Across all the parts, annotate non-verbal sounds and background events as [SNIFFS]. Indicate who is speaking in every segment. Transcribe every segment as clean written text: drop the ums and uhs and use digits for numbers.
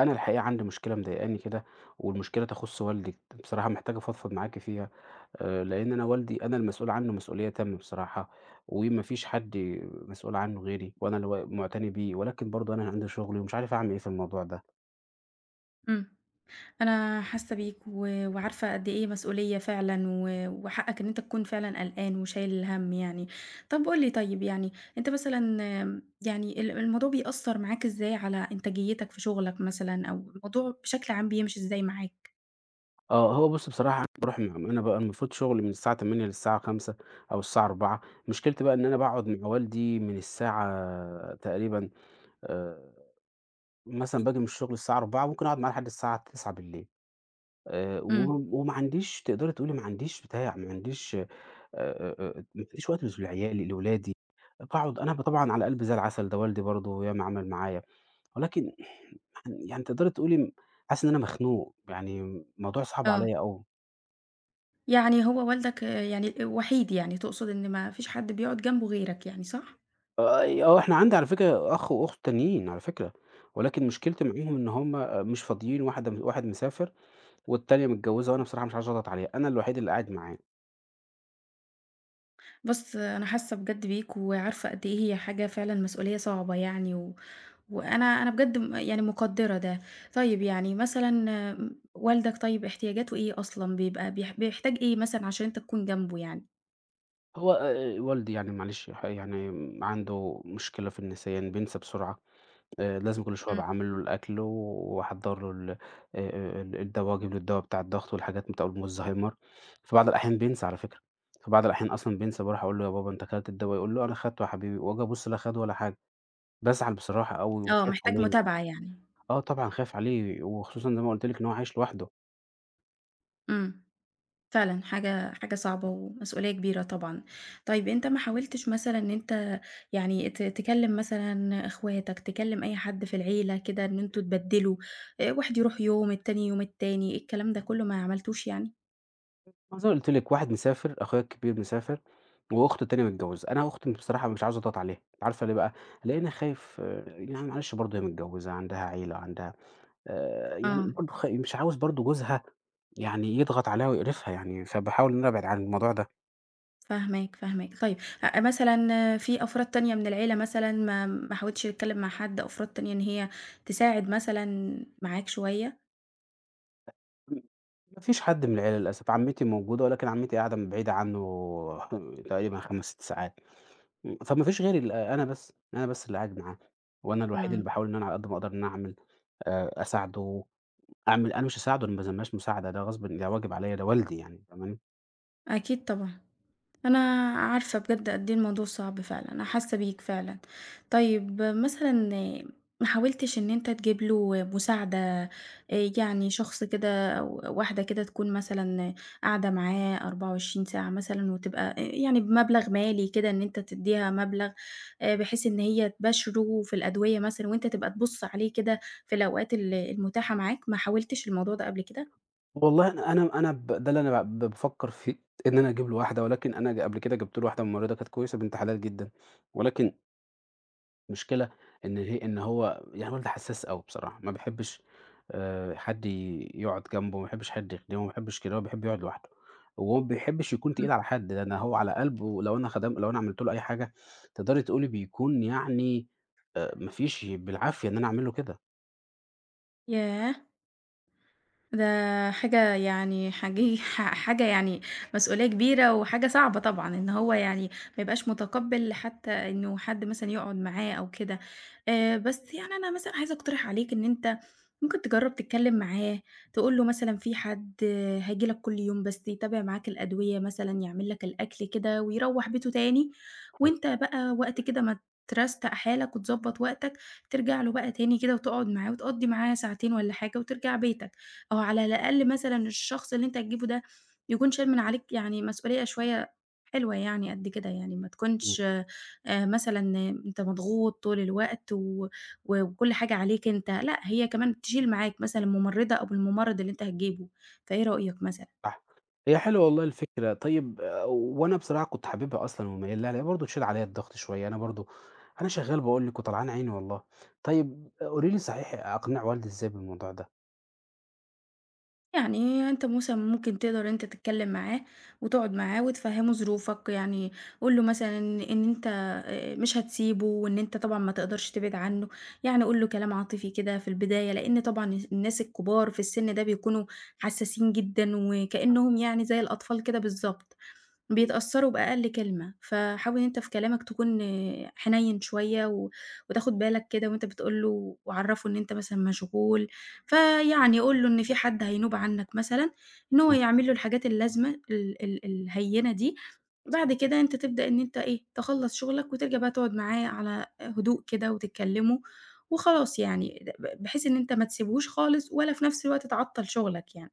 Speaker 1: أنا الحقيقة عندي مشكلة مضايقاني كده، والمشكلة تخُص والدي، بصراحة محتاج أفضفض معاكِ فيها، لإن أنا والدي أنا المسؤول عنه مسؤولية تامة بصراحة، وما فيش حد مسؤول عنه غيري، وأنا اللي مُعتني بيه، ولكن برضه أنا عندي شغلي ومش عارف أعمل إيه في الموضوع ده.
Speaker 2: إمم، أنا حاسة بيك و وعارفة قد إيه مسؤولية فعلًا و وحقك إن أنت تكون فعلًا قلقان وشايل الهَم يعني. طَب قُل لي طيب يعني أنت مثلًا يعني ال الموضوع بيأثّر معاك إزاي على إنتاجيتك في شغلك مثلًا أو الموضوع بشكل عام بيمشي إزاي معاك؟
Speaker 1: آه، هو بُص بصراحة باروح م أنا بقى المفروض شغلي من الساعة 08:00 للساعة 17:00 أو الساعة 16:00. مشكلتي بقى إن أنا باقعد مع والدي من الساعة تقريبًا، آآ، مثلًا باجي من الشغل الساعة 16:00 ممكن أقعد معاه لحد الساعة 21:00.
Speaker 2: إمم،
Speaker 1: و وما عنديش، تقدري تقولي ما عنديش بتاع، ما عنديش ما فيش وقت لعيالي، لولادي، باقعد أنا طبعًا على قلبي زي العسل، ده والدي برضه ياما عمل معايا، ولكن [SNIFFS] يعني تقدري تقولي حاسس إن أنا مخنوق، يعني الموضوع صعب
Speaker 2: آه.
Speaker 1: عليّا أوي.
Speaker 2: يعني هو والدك آه، يعني وحيد يعني تقصد إن ما فيش حد بيقعد جنبه غيرك يعني صح؟
Speaker 1: آه، آه إحنا عندي على فكرة أخ وأخت تانيين على فكرة، ولكن مشكلتي معاهم إن هم مش فاضيين، واحد مسافر والتانية متجوزة، وأنا بصراحة مش عايز أضغط عليها، أنا الوحيد اللي قاعد معاه.
Speaker 2: بُص، أنا حاسة بجد بيك وعارفة قد إيه هي حاجة فعلًا مسؤولية صعبة يعني و وأنا أنا بجد يعني مقدّرة ده. طيب يعني مثلًا والدك طيب احتياجاته إيه أصلًا؟ بيبقى بيحتاج إيه مثلًا عشان أنت تكون جنبه يعني؟
Speaker 1: هو والدي يعني معلش يعني عنده مشكلة في النسيان، بينسى بسرعة، لازم كل شوية
Speaker 2: إمم.
Speaker 1: أبقى عامل له الأكل وأحضّر له ال ال الدوا، أجيب له الدوا بتاع الضغط والحاجات بتاع الزهايمر، في بعض الأحيان بينسى على فكرة، في بعض الأحيان أصلًا بينسى، باروح أقول له: "يا بابا أنت أكلت الدوا؟" يقول لي: "أنا أخدته يا حبيبي." وآجي أبُص لا خَده ولا حاجة، بازعل بصراحة أوي
Speaker 2: آه،
Speaker 1: وخايف
Speaker 2: محتاج
Speaker 1: عليه،
Speaker 2: متابعة طبعًا. يعني.
Speaker 1: آه طبعًا خايف عليه وخصوصًا زي ما قُلت لِك إن هو عايش لوحده.
Speaker 2: إمم، فعلًا حاجة حاجة صعبة ومسؤولية كبيرة طبعًا. طيب أنت ما حاولتش مثلًا إن أنت يعني تكلّم مثلًا إخواتك، تكلّم أي حد في العيلة كده إن أنتم تبدّلوا، واحد يروح يوم، التاني يوم التاني، الكلام ده كُلّه ما عملتوش يعني؟
Speaker 1: ما زي ما قُلت لِك واحد مسافر، أخويا الكبير مسافر، وأخته التانية متجوزة. أنا أختي بصراحة مش عاوز أضغط عليها، عارفة ليه بقى؟ لإني خايف آه، يعني معلش برضه هي متجوزة، عندها عيلة، عندها يعني
Speaker 2: آه.
Speaker 1: برضه مش عاوز برضه جوزها يعني يضغط عليها ويقرفها يعني، فباحاول إن أنا أبعد عن الموضوع ده.
Speaker 2: فاهماك، فاهماك. طيب مثلًا في أفراد تانية من العيلة مثلًا ما حاولتش تتكلم مع حد، أفراد تانية إن هي تساعد مثلًا معاك شوية؟
Speaker 1: ما فيش حد من العيلة للأسف، عمتي موجودة ولكن عمتي قاعدة بعيدة عنه [LAUGHS] تقريبًا 5، 6 ساعات، فما فيش غيري آه، أنا بس، أنا بس اللي قاعد معاه، وأنا الوحيد اللي
Speaker 2: إمم،
Speaker 1: باحاول إن أنا على قد ما أقدر إن أنا أعمل، أساعده. أعمل أنا مش هاساعده أنا ما باسمّاهاش مساعدة، ده غصبٍ، ده واجب عليّا، ده والدي يعني فاهماني؟
Speaker 2: أكيد طبعًا. أنا عارفة بجد قد إيه الموضوع صعب فعلًا، أنا حاسة بيك فعلًا. طيب مثلًا ما حاولتش إن أنت تجيب له مساعدة يعني شخص كده أو واحدة كده تكون مثلًا قاعدة معاه 24 ساعة مثلًا وتبقى يعني بمبلغ مالي كده إن أنت تدّيها مبلغ بحيث إن هي تباشره في الأدوية مثلًا وأنت تبقى تبُص عليه كده في الأوقات المتاحة معاك، ما حاولتش الموضوع ده قبل كده؟
Speaker 1: والله أنا ده اللي أنا بافكّر فيه، إن أنا أجيب له واحدة، ولكن أنا قبل كده جِبت له واحدة ممرضة كانت كويسة بنت حلال جدًا، ولكن المشكلة إن هو يعني والدي حسّاس أوي بصراحة، ما بيحبّش حد يقعد جنبه، ما بيحبّش حد يخدمه، ما بيحبّش كده، هو بيحب يقعد لوحده، وهو ما بيحبّش يكون
Speaker 2: إمم.
Speaker 1: تقيل على حد. ده أنا هو على قلبه لو أنا لو أنا عملت له أي حاجة تقدري تقولي بيكون يعني ما فيش بالعافية إن أنا أعمل له كده.
Speaker 2: ياه! ده حاجة يعني حاجي ح [LAUGHS] حاجة يعني مسؤولية كبيرة وحاجة صعبة طبعًا، إن هو يعني ما يبقاش متقبّل حتى إنه حد مثلًا يقعد معاه أو كده. بس يعني أنا مثلًا عايزة أقترح عليك إن أنت ممكن تجرّب تتكلّم معاه، تقول له مثلًا في حد هييجي لك كل يوم بس يتابع معاك الأدوية مثلًا، يعمل لك الأكل كده ويروّح بيته تاني، وأنت بقى وقت كده ما ترستق حالك وتضبّط وقتك، ترجع له بقى تاني كده وتقعد معاه وتقضّي معاه ساعتين والّا حاجة وترجع بيتك. أو على الأقل مثلًا الشخص اللي أنت هتجيبه ده يكون شايل من عليك يعني مسؤولية شوية حلوة يعني قد كده يعني، ما تكونش مثلًا أنت مضغوط طول الوقت و و وكل حاجة عليك أنت، لأ هي كمان تشيل معاك مثلًا الممرضة أو الممرض اللي أنت هتجيبه، فإيه رأيك مثلًا؟
Speaker 1: صح. هي حلوة والله الفكرة، طيب آه، وأنا بصراحة كنت حاببها أصلًا وميّال لها، لأن هي برضه تشيل عليّا الضغط شوية، أنا برضه أنا شغّال باقول لِك وطلعان عيني والله. طيب آه، قولي لي صحيح أقنِع والدي إزاي بالموضوع ده؟
Speaker 2: يعني أنت مثلًا ممكن تقدر أنت تتكلّم معاه، وتقعد معاه وتفهّمه ظروفك، يعني قُل له مثلًا إن أنت مش هتسيبه وإن أنت طبعًا ما تقدرش تبعد عنّه، يعني قُل له كلام عاطفي كده في البداية، لإن طبعًا الناس الكبار في السِن ده بيكونوا حسّاسين جدًا وكإنّهم يعني زي الأطفال كده بالضبط. بيتأثّروا بأقل كلمة، فحاول إن أنت في كلامك تكون آه، حنيّن شوية و وتاخُد بالك كده وأنت بتقول له وعرّفه إن أنت مثلًا مشغول، فيعني قُل له إن في حد هينوب عنّك مثلًا، إن هو
Speaker 1: إمم،
Speaker 2: يعمل له الحاجات اللازمة ال ال الهيّنة دي، بعد كده أنت تبدأ إن أنت إيه، تخلّص شُغلك وترجع بقى تقعد معاه على هدوء كده وتتكلّموا وخلاص يعني، د ب بحيث إن أنت ما تسيبهوش خالص ولا في نَفْس الوقت تعطّل شُغلك يعني.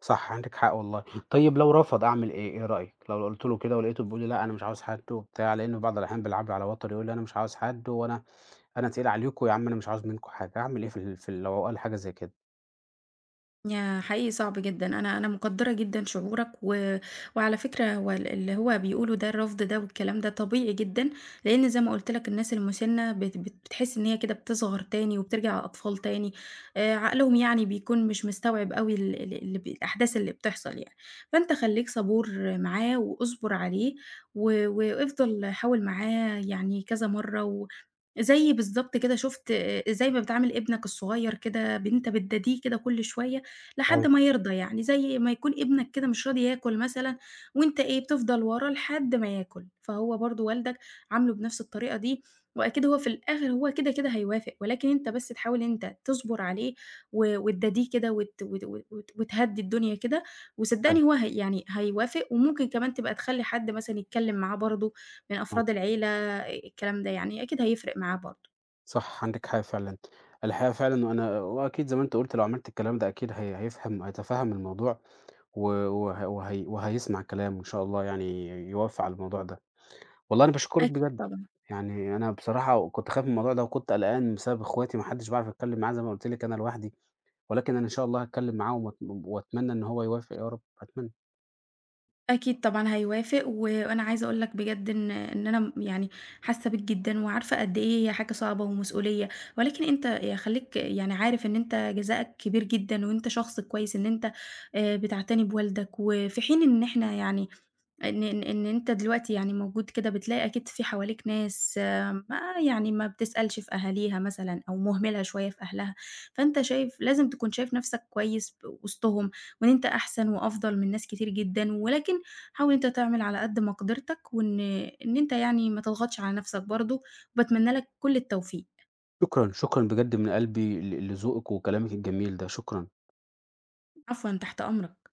Speaker 1: صح عندِك حق والله. طيب لو رفض أعمل إيه، إيه رأيك؟ لو قُلت له كده ولقيته بيقول لي لأ أنا مش عاوز حد وبتاع، لإنه بعض الأحيان بيلعب لي على وتري يقول لي أنا مش عاوز حد، وأنا تقيل عليكم يا عم أنا مش عاوز منكم حاجة، أعمل إيه في ال في ال لو قال حاجة زي كده؟
Speaker 2: ياه! حقيقي صعب جدًا، أنا مقدّرة جدًا شعورك، و وعلى فكرة هو اللي هو بيقولوا ده الرفض ده والكلام ده طبيعي جدًا، لإن زي ما قُلت لك الناس المُسِنّة بت بت بتحس إن هي كده بتصغر تاني وبترجع أطفال تاني، عقلهم يعني بيكون مش مستوعب أوي ال ال اللي ب الأحداث اللي بتحصل يعني، فأنت خلّيك صبور معاه واصبر عليه، و وافضل حاول معاه يعني كذا مرّة، و زي بالضبط كده شُفت زي ما بتعامل ابنك الصغير كده أنت بتداديه كده كل شوية، لحد
Speaker 1: أيوه،
Speaker 2: ما يرضى يعني، زي ما يكون ابنك كده مش راضي ياكل مثلًا وأنت إيه، بتفضل وراه لحد ما ياكل، فهو برضه والدك عامله بنفس الطريقة دي، وأكيد هو في الآخر هو كده، كده هيوافق، ولكن أنت بس تحاول إن أنت تصبر عليه و وتداديه كده وت وت وت وت وتهدّي الدنيا كده،
Speaker 1: أيوه.
Speaker 2: وصدّقني هو هي يعني هيوافق، وممكن كمان تبقى تخلّي حد مثلًا يتكلم معاه برضه من أفراد العيلة، الكلام ده يعني أكيد هيفرق معاه برضه،
Speaker 1: صح، عندِك حق فعلًا. الحقيقة فعلًا وأنا وأكيد زي ما أنت قُلت لو عملت الكلام ده أكيد هيفهم، هيتفهّم الموضوع و وه وهي وهيسمع كلامه وإن شاء الله يعني يوافق على الموضوع ده. والله أنا باشكرِك
Speaker 2: أكيد
Speaker 1: بجد.
Speaker 2: طبعًا.
Speaker 1: يعني أنا بصراحة كنت خايف من الموضوع ده وكنت قلقان بسبب إخواتي، ما حدّش باعرف أتكلّم معاه زي ما قُلت لِك أنا لوحدي، ولكن أنا إن شاء الله هاتكلّم معاه وأتمنى إن هو يوافق يا رب، أتمنى.
Speaker 2: أكيد طبعًا هيوافق، و وأنا عايزة أقول لك بجد إن أنا يعني حاسة بيك جدًا، وعارفة قد إيه هي حاجة صعبة ومسؤولية، ولكن أنت خلّيك يعني عارف إن أنت جزاءك كبير جدًا، وأنت شخص كويس إن أنت بتعتني بوالدك، وفي حين إن إحنا يعني إن أنت دلوقتي يعني موجود كده بتلاقي أكيد في حواليك ناس آه، ما يعني ما بتسألش في أهاليها مثلًا أو مهملة شوية في أهلها، فأنت شايف لازم تكون شايف نفْسك كويس وسطهم، وإن أنت أحسن وأفضل من ناس كتير جدًا، ولكن حاول أنت تعمل على قد مقدرتك، وإن أنت يعني ما تضغطش على نفْسك برضه، وباتمنى لك كل التوفيق.
Speaker 1: شكرًا، شكرًا بجد من قلبي لذوقِك وكلامِك الجميل ده، شكرًا.
Speaker 2: عفوًا، تحت أمرك.